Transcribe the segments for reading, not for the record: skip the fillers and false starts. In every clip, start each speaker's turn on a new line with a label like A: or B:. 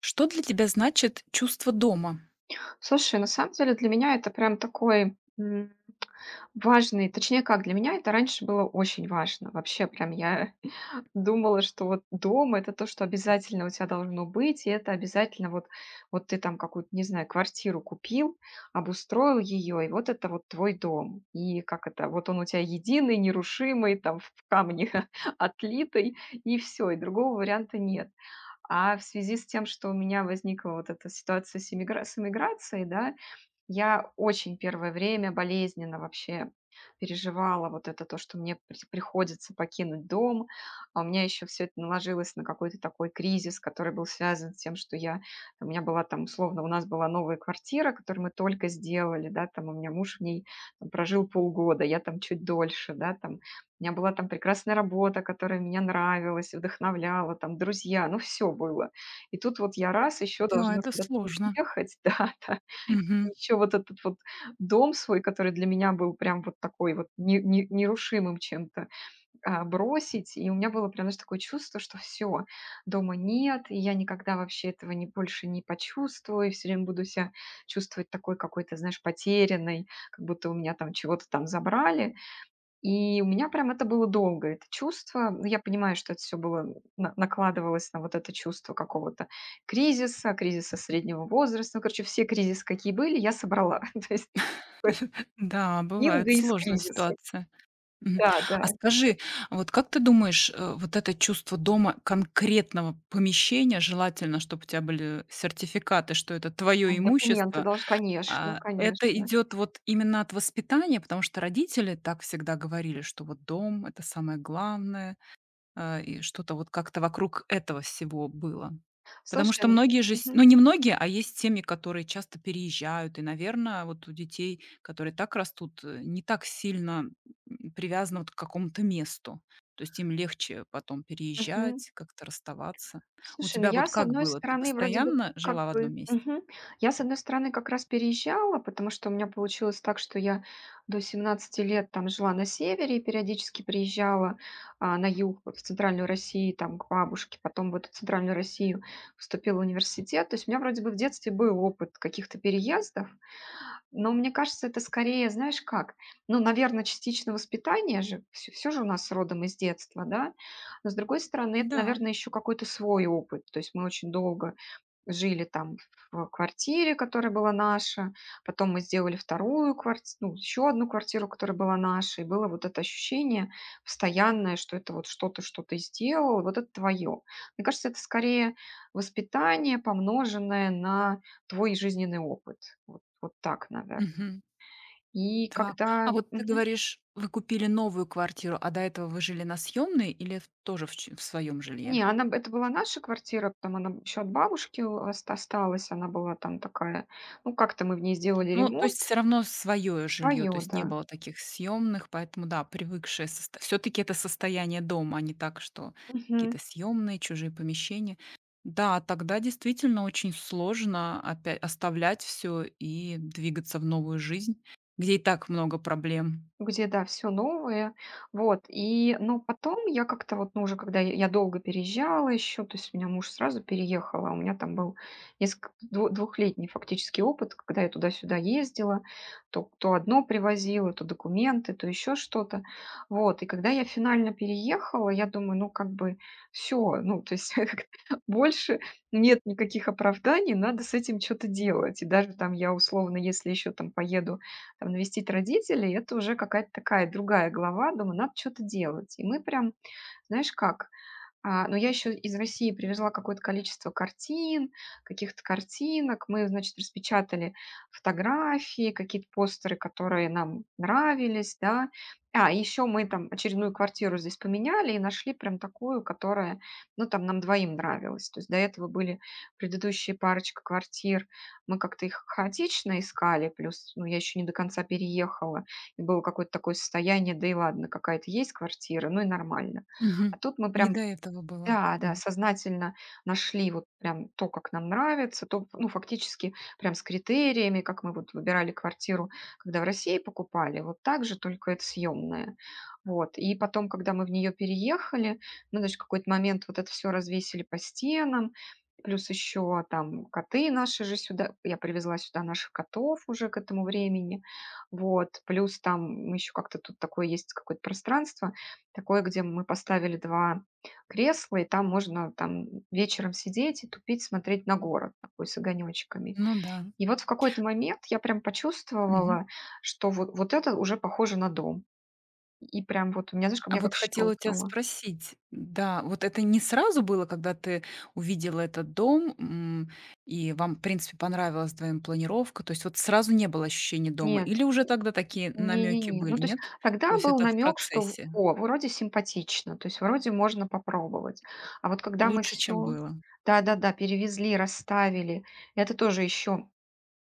A: Что для тебя значит чувство дома?
B: Слушай, на самом деле для меня это прям такой важный, точнее как, для меня это раньше было очень важно. Вообще прям я думала, что вот дом это то, что обязательно у тебя должно быть, и это обязательно вот, вот ты там какую-то, не знаю, квартиру купил, обустроил ее, и вот это вот твой дом. И как это, вот он у тебя единый, нерушимый, там в камне отлитый, и все, и другого варианта нет. А в связи с тем, что у меня возникла вот эта ситуация с с эмиграцией, да, я очень первое время болезненно вообще переживала вот это то, что мне приходится покинуть дом. А у меня еще все это наложилось на какой-то такой кризис, который был связан с тем, что я, у меня была там условно, у нас была новая квартира, которую мы только сделали, да, там у меня муж в ней там прожил полгода, я там чуть дольше, да, там у меня была там прекрасная работа, которая меня нравилась, вдохновляла, там друзья, ну все было. И тут вот я раз еще
A: Да,
B: должна
A: это
B: куда-то
A: сложно.
B: уехать, да,
A: Мгм.
B: еще вот этот вот дом свой, который для меня был прям вот такой вот не нерушимым чем-то, бросить. И у меня было прям, знаешь, такое чувство, что все дома нет, и я никогда вообще этого не больше не почувствую, и всё время буду себя чувствовать такой какой-то, знаешь, потерянной, как будто у меня там чего-то там забрали. И у меня прям это было долго, это чувство. Ну, я понимаю, что это все было на накладывалось на вот это чувство какого-то кризиса, кризиса среднего возраста. Ну, короче, все кризисы, какие были, я собрала. То есть такой
A: Да, бывает
B: бинго из
A: сложная
B: кризисов.
A: ситуация. Мгм.
B: Да, да.
A: А скажи, вот как ты думаешь, вот это чувство дома, конкретного помещения, желательно, чтобы у тебя были сертификаты, что это твое
B: А документы
A: имущество,
B: долж конечно,
A: это
B: конечно.
A: идет вот именно от воспитания? Потому что родители так всегда говорили, что вот дом- это самое главное. И что-то вот как-то вокруг этого всего было. Потому
B: Слушай,
A: что многие же, с
B: мгм,
A: ну, не многие, а есть семьи, которые часто переезжают. И, наверное, вот у детей, которые так растут, не так сильно, привязаны вот к какому-то месту. То есть им легче потом
B: мгм.
A: переезжать, как-то расставаться. У
B: Слушай, ну
A: тебя
B: я,
A: вот
B: с
A: как
B: одной
A: было? Ты
B: стороны, вроде бы
A: постоянно
B: как
A: жила в одном
B: бы
A: месте?
B: мгм. Я, с одной стороны, как раз переезжала, потому что у меня получилось так, что я до 17 лет там жила на севере и периодически приезжала, на юг, вот в центральную Россию, там к бабушке, потом в эту центральную Россию вступила в университет. То есть у меня вроде бы в детстве был опыт каких-то переездов. Но мне кажется, это скорее, знаешь как, ну, наверное, частично воспитание же, все же у нас родом из детства, да. Но, с другой стороны, это,
A: Да.
B: наверное, еще какой-то свой опыт. То есть мы очень долго жили там в квартире, которая была наша, потом мы сделали вторую квартиру, ну, еще одну квартиру, которая была наша, и было вот это ощущение постоянное, что это вот что-то, что ты сделал, вот это твое. Мне кажется, это скорее воспитание, помноженное на твой жизненный опыт. Вот вот так, наверное.
A: Мгм.
B: И
A: Так. А
B: когда
A: вот ты
B: мгм.
A: говоришь, вы купили новую квартиру, а до этого вы жили на съемной или в тоже в своем жилье?
B: Не, она б это была наша квартира, там она еще от бабушки у осталась, она была там такая, ну, как-то мы в ней сделали
A: Ну, то есть все
B: ремонт.
A: равно свое жилье,
B: Свое,
A: то есть не
B: да.
A: было таких съемных, поэтому да, привыкшее все таки это состояние дома, а не так, что какие-то
B: Мгм.
A: съемные, чужие помещения. Да, тогда действительно очень сложно опять оставлять все и двигаться в новую жизнь, где и так много проблем.
B: Где, да, все новое. Вот, и, но потом я как-то вот, ну, уже когда я долго переезжала еще то есть у меня муж сразу переехал, а у меня там был несколько дво двухлетний фактически опыт, когда я туда-сюда ездила, то одно привозила, то документы, то еще что-то. Вот, и когда я финально переехала, я думаю, ну, как бы все ну, то есть как больше нет никаких оправданий, надо с этим что то делать. И даже там я условно, если еще там поеду там, навестить родителей, это уже какая-то такая другая глава. Думаю, надо что-то делать. И мы прям, знаешь как, но я еще из России привезла какое-то количество картин, каких-то картинок. Мы, значит, распечатали фотографии, какие-то постеры, которые нам нравились, да. Еще мы там очередную квартиру здесь поменяли и нашли прям такую, которая, ну, там нам двоим нравилась. То есть до этого были предыдущие парочка квартир. Мы как-то их хаотично искали, плюс, ну, я еще не до конца переехала. И было какое-то такое состояние, да и ладно, какая-то есть квартира, ну и нормально.
A: Мгм.
B: А тут мы
A: Не
B: прям
A: до этого было.
B: да, да,
A: Мгм.
B: сознательно нашли вот прям то, как нам нравится, то, ну, фактически прям с критериями, как мы вот выбирали квартиру, когда в России покупали, вот так же, только это съемная. Вот. И потом, когда мы в нее переехали, мы, значит, в какой-то момент вот это все развесили по стенам, плюс еще там коты наши же сюда, я привезла сюда наших котов уже к этому времени, вот, плюс там еще как-то тут такое есть какое-то пространство, такое, где мы поставили два кресло, и там можно там вечером сидеть и тупить, смотреть на город такой с огонечками.
A: Ну да.
B: И вот в какой-то момент я прям
A: Мгм.
B: почувствовала, что вот, вот это уже похоже на дом. И прям вот у меня, знаешь, ко
A: А
B: мне
A: вот
B: как
A: хотела у тебя
B: щелкнуло.
A: спросить, да, вот это не сразу было, когда ты увидела этот дом, и вам, в принципе, понравилась твоим планировка? То есть вот сразу не было ощущения дома
B: Нет,
A: или уже тогда такие намеки
B: не-не-не. Ну,
A: были,
B: то есть
A: нет? То
B: тогда
A: есть
B: был
A: это в
B: намек, что
A: процессе.
B: о, вроде симпатично, то есть вроде можно попробовать. А вот когда мы
A: Лучше, чем
B: все,
A: было.
B: да-да-да, перевезли, расставили, это тоже еще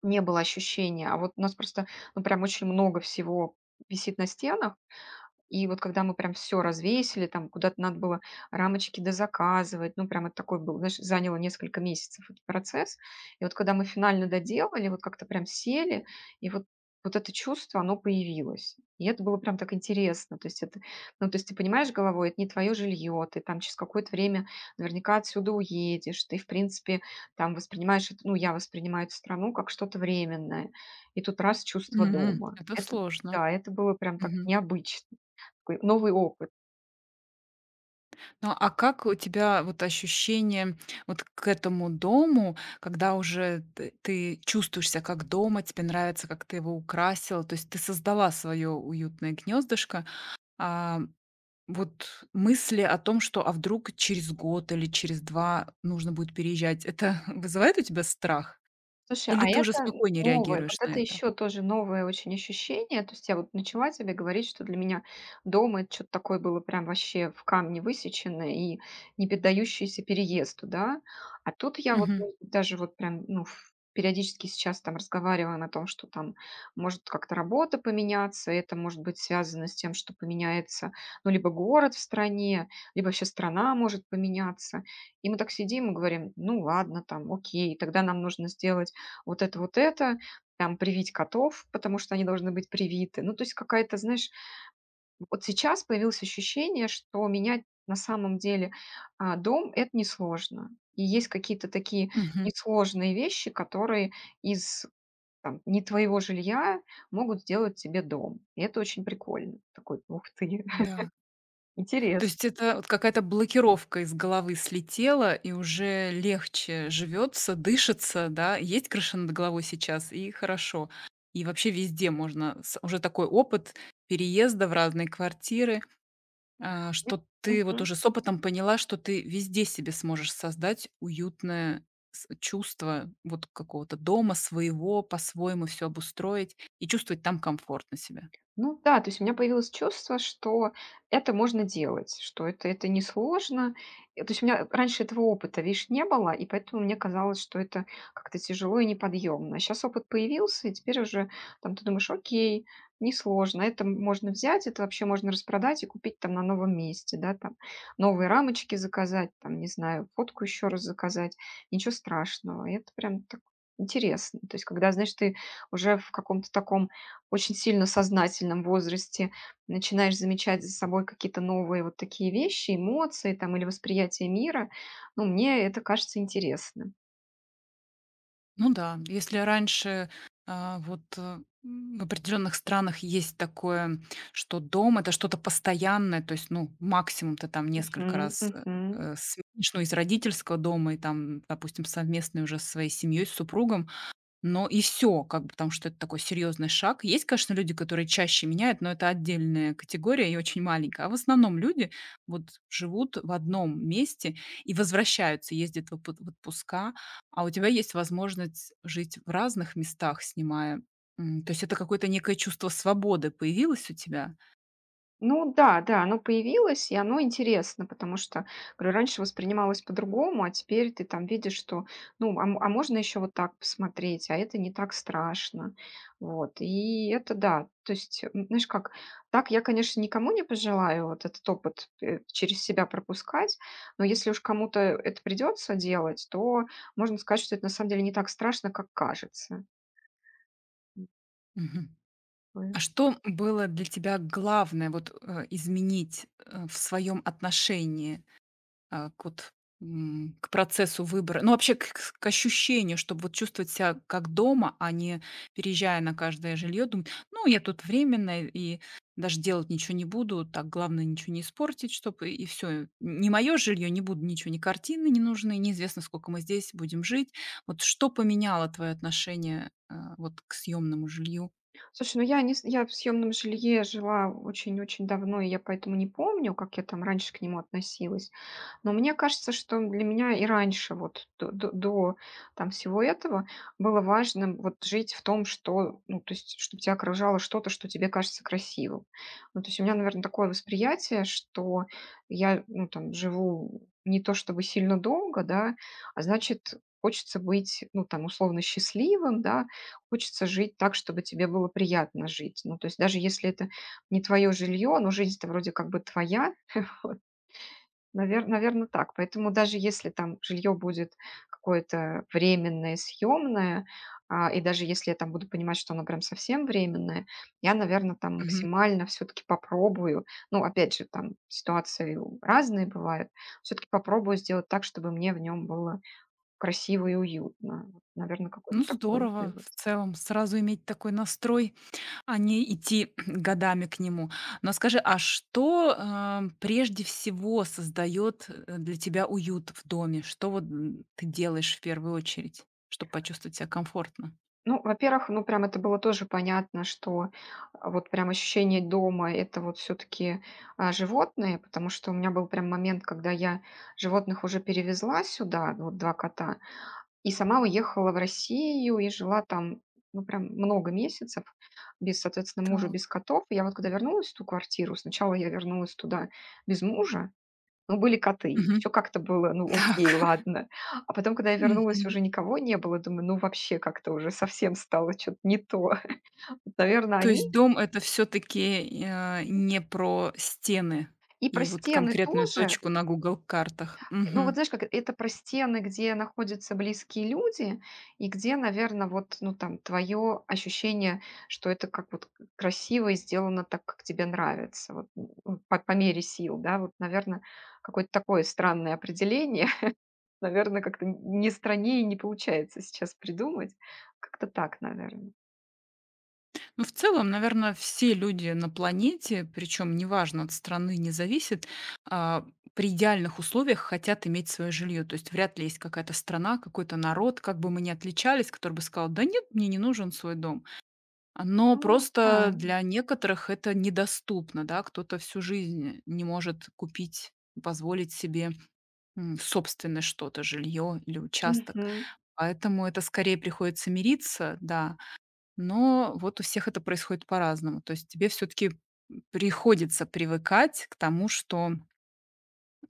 B: не было ощущения. А вот у нас просто, ну, прям очень много всего висит на стенах. И вот когда мы прям все развесили, там куда-то надо было рамочки дозаказывать, ну, прям это такой был, знаешь, заняло несколько месяцев этот процесс. И вот когда мы финально доделали, вот как-то прям сели, и вот вот это чувство, оно появилось. И это было прям так интересно. То есть это, ну, то есть ты понимаешь головой, это не твое жилье, ты там через какое-то время наверняка отсюда уедешь, ты, в принципе, там воспринимаешь, ну, я воспринимаю эту страну как что-то временное. И тут раз чувство
A: М,
B: дома.
A: это
B: Это,
A: сложно.
B: да, это было прям так необычно. Такой новый опыт.
A: Ну, а как у тебя вот ощущение вот к этому дому, когда уже т ты чувствуешься как дома, тебе нравится, как ты его украсила? То есть ты создала свое уютное гнездышко. А, вот мысли о том, что, а вдруг через год или через 2 нужно будет переезжать, это вызывает у тебя страх?
B: Слушай,
A: Или
B: а
A: ты уже
B: это
A: спокойнее
B: новое, вот
A: реагируешь на
B: это
A: это?
B: еще тоже новое очень ощущение. То есть я вот начала тебе говорить, что для меня дом это что-то такое было прям вообще в камне высеченное и не поддающееся переезду, да. А тут я вот
A: Мгм,
B: ну, даже вот прям, ну, периодически сейчас там разговариваем о том, что там может как-то работа поменяться, это может быть связано с тем, что поменяется, ну, либо город в стране, либо вообще страна может поменяться. И мы так сидим и говорим, ну, ладно, там, окей, тогда нам нужно сделать вот это, там, привить котов, потому что они должны быть привиты. Ну, то есть какая-то, знаешь, вот сейчас появилось ощущение, что менять на самом деле дом — это несложно. И есть какие-то такие
A: мгм,
B: несложные вещи, которые из там, не твоего жилья могут сделать тебе дом. И это очень прикольно. Такой, ух ты,
A: да. То есть
B: интересно.
A: это вот какая-то блокировка из головы слетела, и уже легче живется, дышится, да, есть крыша над головой сейчас, и хорошо. И вообще везде можно с уже такой опыт переезда в разные квартиры,
B: Мне-
A: что ты вот
B: мгм.
A: уже с опытом поняла, что ты везде себе сможешь создать уютное с чувство вот какого-то дома своего, по-своему все обустроить и чувствовать там комфортно себя.
B: Ну да, то есть у меня появилось чувство, что это можно делать, что это несложно. То есть у меня раньше этого опыта, видишь, не было, и поэтому мне казалось, что это как-то тяжело и неподъемно. Сейчас опыт появился, и теперь уже там ты думаешь, окей, несложно, это можно взять, это вообще можно распродать и купить там на новом месте, да, там новые рамочки заказать, там, не знаю, фотку еще раз заказать, ничего страшного. И это прям так интересно. То есть когда, знаешь, ты уже в каком-то таком очень сильно сознательном возрасте начинаешь замечать за собой какие-то новые вот такие вещи, эмоции там или восприятие мира. Ну, мне это кажется интересным.
A: Ну да, если раньше вот в определенных странах есть такое, что дом это что-то постоянное, то есть, ну, максимум ты там несколько
B: Мгм,
A: раз
B: мгм.
A: сменишь, ну, из родительского дома и там, допустим, совместный уже со своей семьей, с супругом, но и все, как бы, потому что это такой серьезный шаг. Есть, конечно, люди, которые чаще меняют, но это отдельная категория и очень маленькая. А в основном люди вот живут в одном месте и возвращаются, ездят в отпуска, а у тебя есть возможность жить в разных местах, снимая. То есть это какое-то некое чувство свободы появилось у тебя?
B: Ну да, да, оно появилось, и оно интересно, потому что, говорю, раньше воспринималось по-другому, а теперь ты там видишь, что, ну, а можно еще вот так посмотреть, а это не так страшно. Вот, и это да, то есть, знаешь как, так я, конечно, никому не пожелаю вот этот опыт через себя пропускать, но если уж кому-то это придется делать, то можно сказать, что это на самом деле не так страшно, как кажется.
A: Мгм. А что было для тебя главное вот, изменить, в своем отношении. К вот, к процессу выбора, ну, вообще к ощущению, чтобы вот чувствовать себя как дома, а не переезжая на каждое жилье, думать: "Ну, я тут временно и даже делать ничего не буду, так главное ничего не испортить, чтобы и все, не мое жилье, не буду ничего, ни картины не нужны, неизвестно, сколько мы здесь будем жить". Вот что поменяло твое отношение, вот к съемному жилью?
B: Слушай, ну я не с я в съемном жилье жила очень-очень давно, и я поэтому не помню, как я там раньше к нему относилась. Но мне кажется, что для меня и раньше, вот до там всего этого, было важно вот жить в том, что, ну, то есть, чтобы тебя окружало что-то, что тебе кажется красивым. Ну, то есть у меня, наверное такое восприятие, что я, ну, там живу не то чтобы сильно долго, да, а значит, хочется быть, ну, там условно счастливым, да, хочется жить так, чтобы тебе было приятно жить. Ну, то есть даже если это не твое жилье, но жизнь-то вроде как бы твоя, наверное, так. Поэтому даже если там жилье будет какое-то временное, съемное, и даже если я там буду понимать, что оно прям совсем временное, я, наверное, там
A: Мгм.
B: максимально все-таки попробую. Ну, опять же, там ситуации разные бывают. Все-таки попробую сделать так, чтобы мне в нем было красиво и уютно. Наверное, какой-то
A: Ну,
B: такой
A: здорово
B: вывод.
A: в целом сразу иметь такой настрой. А не идти годами к нему. Но скажи, а что, прежде всего создает для тебя уют в доме? Что вот, ты делаешь в первую очередь, чтобы почувствовать себя комфортно?
B: Ну, во-первых, ну, прям это было тоже понятно, что вот прям ощущение дома — это вот все таки животные, потому что у меня был прям момент, когда я животных уже перевезла сюда, вот 2 кота, и сама уехала в Россию и жила там, ну, прям много месяцев без, соответственно, мужа, без
A: Так.
B: котов. И я вот когда вернулась в ту квартиру, сначала я вернулась туда без мужа, ну, были коты,
A: Мгм.
B: еще как-то было, ну, окей,
A: Так.
B: ладно. А потом, когда я вернулась,
A: Мгм.
B: уже никого не было. Думаю, ну, вообще как-то уже совсем стало что-то не то. Наверное,
A: То есть
B: они.
A: дом- это все таки не про стены
B: И про
A: и вот
B: стены
A: конкретную
B: тоже.
A: точку на Google картах.
B: Ну, вот знаешь, как это про стены, где находятся близкие люди, и где, наверное, вот, ну, там, твое ощущение, что это как вот красиво и сделано так, как тебе нравится, вот, по мере сил, да, вот, наверное, какое-то такое странное определение. Наверное, как-то не страннее не получается сейчас придумать. Как-то так, наверное.
A: Ну, в целом, наверное, все люди на планете, причем неважно от страны не зависит, а, при идеальных условиях хотят иметь свое жилье. То есть вряд ли есть какая-то страна, какой-то народ, как бы мы ни отличались, который бы сказал, да нет, мне не нужен свой дом. Но
B: Ну
A: просто
B: да,
A: для некоторых это недоступно, да, кто-то всю жизнь не может купить, позволить себе собственное что-то, жилье или участок.
B: мгм.
A: Поэтому это скорее приходится мириться, да, но вот у всех это происходит по-разному. То есть тебе все таки приходится привыкать к тому, что,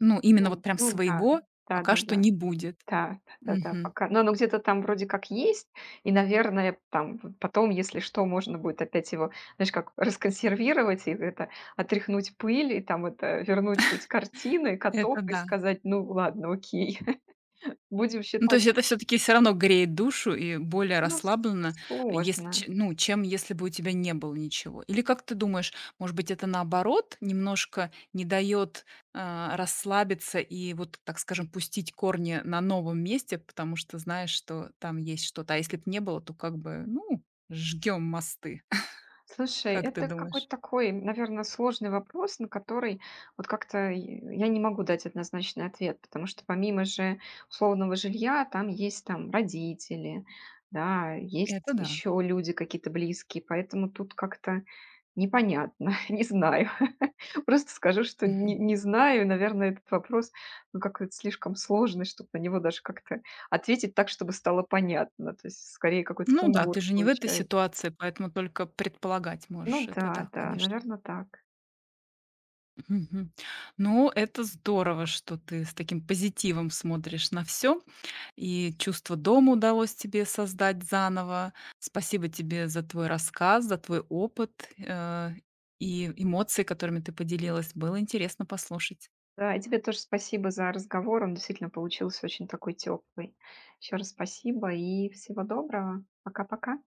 A: ну, именно вот
B: Ну
A: прям
B: ну да,
A: своего пока что
B: да-да-да.
A: не будет.
B: Да, да-да-да,
A: Мгм.
B: пока. Но оно где-то там вроде как есть, и, наверное, там в потом, если что, можно будет опять его, знаешь, как расконсервировать и это, отряхнуть пыль, и там это, вернуть эти картины, каток
A: Это
B: и
A: да.
B: сказать: «Ну ладно, окей». Будем
A: Ну, то
B: считать,
A: есть
B: что
A: это все таки все равно греет душу и более
B: ну,
A: расслабленно, если ч
B: сложно.
A: ну, чем если бы у тебя не было ничего. Или как ты думаешь, может быть, это наоборот немножко не дает расслабиться и вот, так скажем, пустить корни на новом месте, потому что знаешь, что там есть что-то. А если бы не было, то как бы, ну, жгем мосты.
B: Слушай,
A: Как ты
B: это какой-то
A: думаешь?
B: такой, наверное, сложный вопрос, на который вот как-то и я не могу дать однозначный ответ, потому что помимо же условного жилья там есть там родители, да,
A: Это
B: есть
A: да.
B: еще люди какие-то близкие, поэтому тут как-то непонятно, не знаю. Просто скажу, что
A: Мгм.
B: не знаю, наверное, этот вопрос ну, какой-то слишком сложный, чтобы на него даже как-то ответить так, чтобы стало понятно. То есть скорее какой-то
A: Ну да,
B: сумбур
A: ты же не в этой
B: получается.
A: ситуации, поэтому только предполагать можешь.
B: Ну
A: Это да,
B: да, да,
A: конечно.
B: наверное, так.
A: Мгм. Ну, это здорово, что ты с таким позитивом смотришь на все. И чувство дома удалось тебе создать заново. Спасибо тебе за твой рассказ, за твой опыт, и эмоции, которыми ты поделилась. Было интересно послушать.
B: Да, и тебе тоже спасибо за разговор. Он действительно получился очень такой теплый. Еще раз спасибо и всего доброго. Пока-пока.